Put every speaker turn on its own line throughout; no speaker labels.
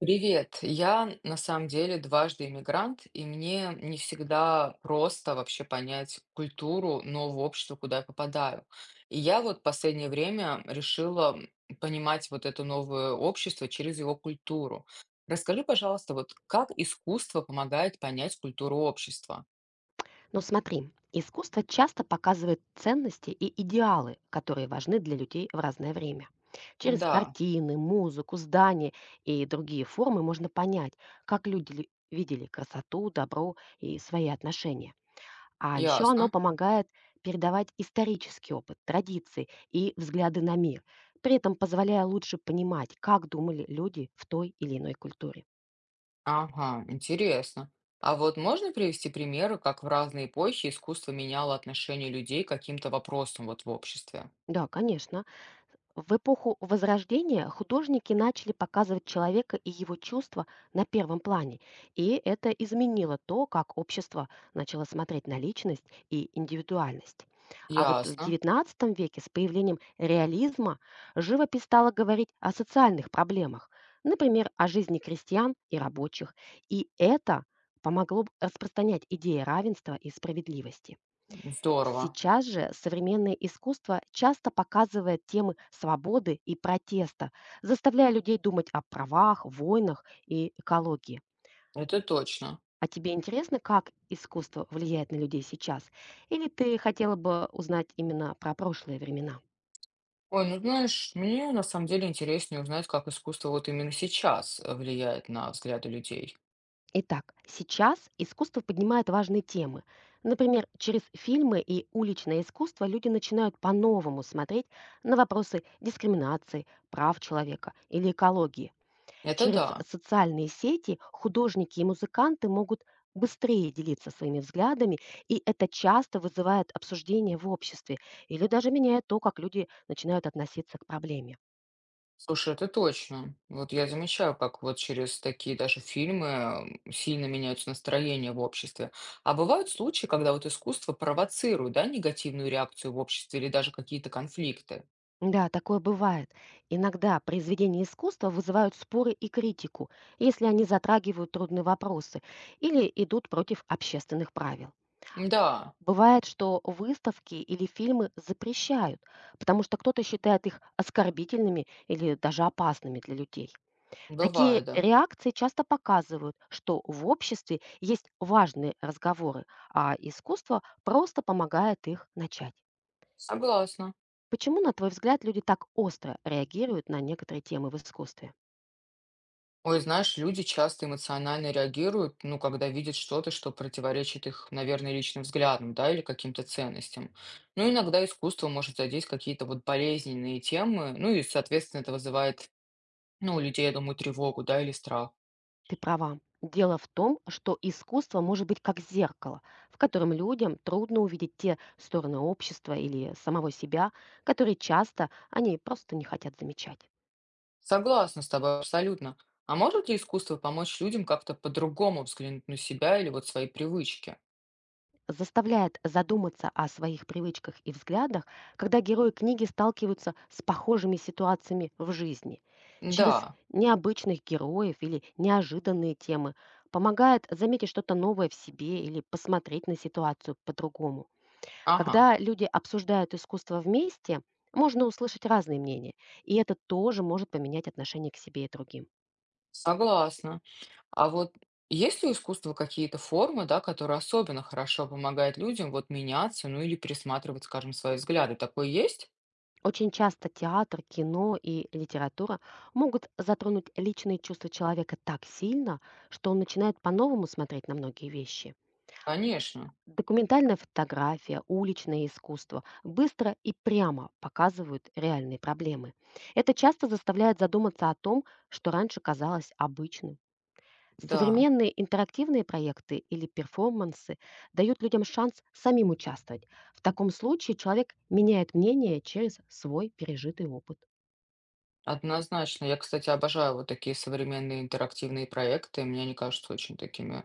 Привет. Я на самом деле дважды иммигрант, и мне не всегда просто вообще понять культуру нового общества, куда я попадаю. И я вот последнее время решила понимать вот это новое общество через его культуру. Расскажи, пожалуйста, вот как искусство помогает понять культуру общества?
Но смотри, искусство часто показывает ценности и идеалы, которые важны для людей в разное время. Через
Да,
картины, музыку, здания и другие формы можно понять, как люди видели красоту, добро и свои отношения. А еще оно
ясно.
помогает передавать исторический опыт, традиции и взгляды на мир, при этом позволяя лучше понимать, как думали люди в той или иной культуре.
Ага, интересно. А вот можно привести примеры, как в разные эпохи искусство меняло отношение людей к каким-то вопросам вот в обществе?
Да, конечно. В эпоху Возрождения художники начали показывать человека и его чувства на первом плане, и это изменило то, как общество начало смотреть на личность и индивидуальность. А вот в
Ясно,
XIX веке с появлением реализма живопись стала говорить о социальных проблемах, например, о жизни крестьян и рабочих, и это помогло распространять идеи равенства и справедливости.
здорово,
Сейчас же современное искусство часто показывает темы свободы и протеста, заставляя людей думать о правах, войнах и экологии.
это точно.
А тебе интересно, как искусство влияет на людей сейчас? Или ты хотела бы узнать именно про прошлые времена?
Ой, ну знаешь, мне на самом деле интереснее узнать, как искусство вот именно сейчас влияет на взгляды людей.
Итак, сейчас искусство поднимает важные темы. Например, через фильмы и уличное искусство люди начинают по-новому смотреть на вопросы дискриминации, прав человека или экологии.
Это
Через
да.
социальные сети художники и музыканты могут быстрее делиться своими взглядами, и это часто вызывает обсуждение в обществе или даже меняет то, как люди начинают относиться к проблеме.
Слушай, это точно. Вот я замечаю, как вот через такие даже фильмы сильно меняются настроения в обществе. А бывают случаи, когда вот искусство провоцирует, да, негативную реакцию в обществе или даже какие-то конфликты.
Да, такое бывает. Иногда произведения искусства вызывают споры и критику, если они затрагивают трудные вопросы или идут против общественных правил.
Да,
Бывает, что выставки или фильмы запрещают, потому что кто-то считает их оскорбительными или даже опасными для людей. Такие
бывает, да.
реакции часто показывают, что в обществе есть важные разговоры, а искусство просто помогает их начать.
Согласна.
Почему, на твой взгляд, люди так остро реагируют на некоторые темы в искусстве?
Ой, знаешь, люди часто эмоционально реагируют, ну, когда видят что-то, что противоречит их, наверное, личным взглядам, да, или каким-то ценностям. Ну, иногда искусство может задеть какие-то вот болезненные темы, ну, и, соответственно, это вызывает, ну, у людей, я думаю, тревогу, да, или страх.
Ты права. Дело в том, что искусство может быть как зеркало, в котором людям трудно увидеть те стороны общества или самого себя, которые часто они просто не хотят замечать.
Согласна с тобой абсолютно. А может ли искусство помочь людям как-то по-другому взглянуть на себя или вот свои привычки?
Заставляет задуматься о своих привычках и взглядах, когда герои книги сталкиваются с похожими ситуациями в жизни. Через
Да,
необычных героев или неожиданные темы помогает заметить что-то новое в себе или посмотреть на ситуацию по-другому.
ага,
Когда люди обсуждают искусство вместе, можно услышать разные мнения, и это тоже может поменять отношение к себе и другим.
согласна. А вот есть ли у искусства какие-то формы, да, которые особенно хорошо помогают людям вот меняться, ну или пересматривать, скажем, свои взгляды? Такое есть?
Очень часто театр, кино и литература могут затронуть личные чувства человека так сильно, что он начинает по-новому смотреть на многие вещи.
Конечно,
Документальная фотография, уличное искусство быстро и прямо показывают реальные проблемы. Это часто заставляет задуматься о том, что раньше казалось обычным.
да,
Современные интерактивные проекты или перформансы дают людям шанс самим участвовать. В таком случае человек меняет мнение через свой пережитый опыт.
однозначно. Я, кстати, обожаю вот такие современные интерактивные проекты. Мне они кажутся очень такими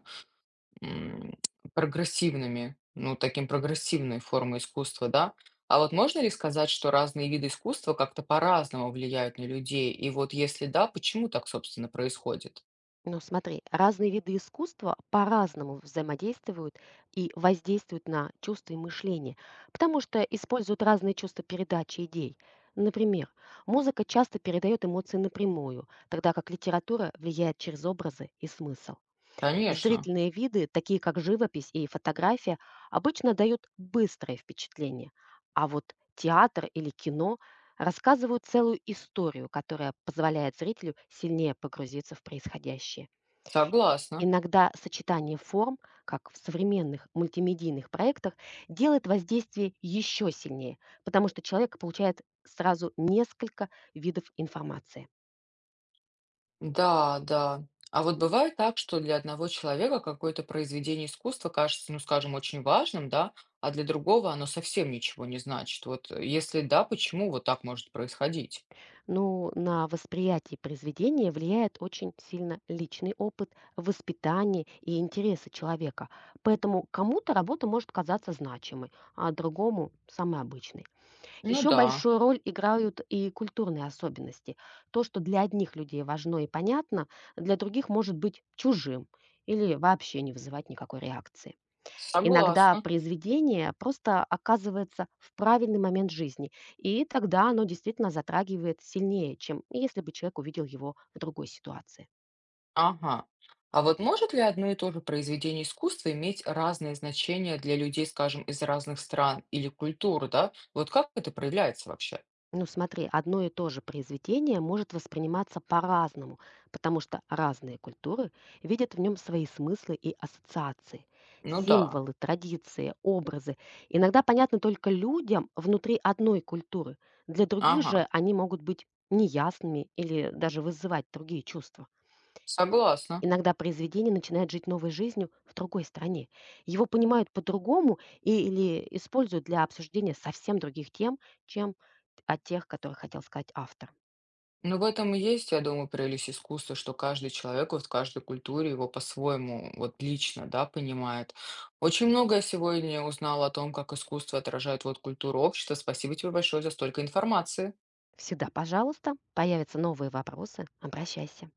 м, прогрессивными, ну, таким прогрессивной формой искусства, да. А вот можно ли сказать, что разные виды искусства как-то по-разному влияют на людей? И вот если да, почему так, собственно, происходит?
Ну, смотри, разные виды искусства по-разному взаимодействуют и воздействуют на чувства и мышление, потому что используют разные чувства передачи идей. Например, музыка часто передает эмоции напрямую, тогда как литература влияет через образы и смысл.
Конечно,
Зрительные виды, такие как живопись и фотография, обычно дают быстрое впечатление, а вот театр или кино рассказывают целую историю, которая позволяет зрителю сильнее погрузиться в происходящее.
согласна.
Иногда сочетание форм, как в современных мультимедийных проектах, делает воздействие еще сильнее, потому что человек получает сразу несколько видов информации.
Да, да. А вот бывает так, что для одного человека какое-то произведение искусства кажется, ну, скажем, очень важным, да, а для другого оно совсем ничего не значит. Вот если да, почему вот так может происходить?
Ну, на восприятие произведения влияет очень сильно личный опыт, воспитание и интересы человека. Поэтому кому-то работа может казаться значимой, а другому — самой обычной.
Ну
Еще
да,
большую роль играют и культурные особенности. То, что для одних людей важно и понятно, для других может быть чужим или вообще не вызывать никакой реакции. Иногда
согласна.
произведение просто оказывается в правильный момент жизни, и тогда оно действительно затрагивает сильнее, чем если бы человек увидел его в другой ситуации.
Ага. А вот может ли одно и то же произведение искусства иметь разные значения для людей, скажем, из разных стран или культур, да? Вот как это проявляется вообще?
Ну смотри, одно и то же произведение может восприниматься по-разному, потому что разные культуры видят в нем свои смыслы и ассоциации.
Ну да,
Символы, традиции, образы иногда понятны только людям внутри одной культуры. Для других же
ага,
они могут быть неясными или даже вызывать другие чувства.
согласна.
Иногда произведение начинает жить новой жизнью в другой стране. Его понимают по-другому или используют для обсуждения совсем других тем, чем о тех, которые хотел сказать автор.
Ну, в этом и есть, я думаю, прелесть искусства, что каждый человек вот в каждой культуре его по-своему, вот лично, да, понимает. Очень многое сегодня узнала о том, как искусство отражает вот культуру общества. Спасибо тебе большое за столько информации.
Всегда, пожалуйста, появятся новые вопросы, обращайся.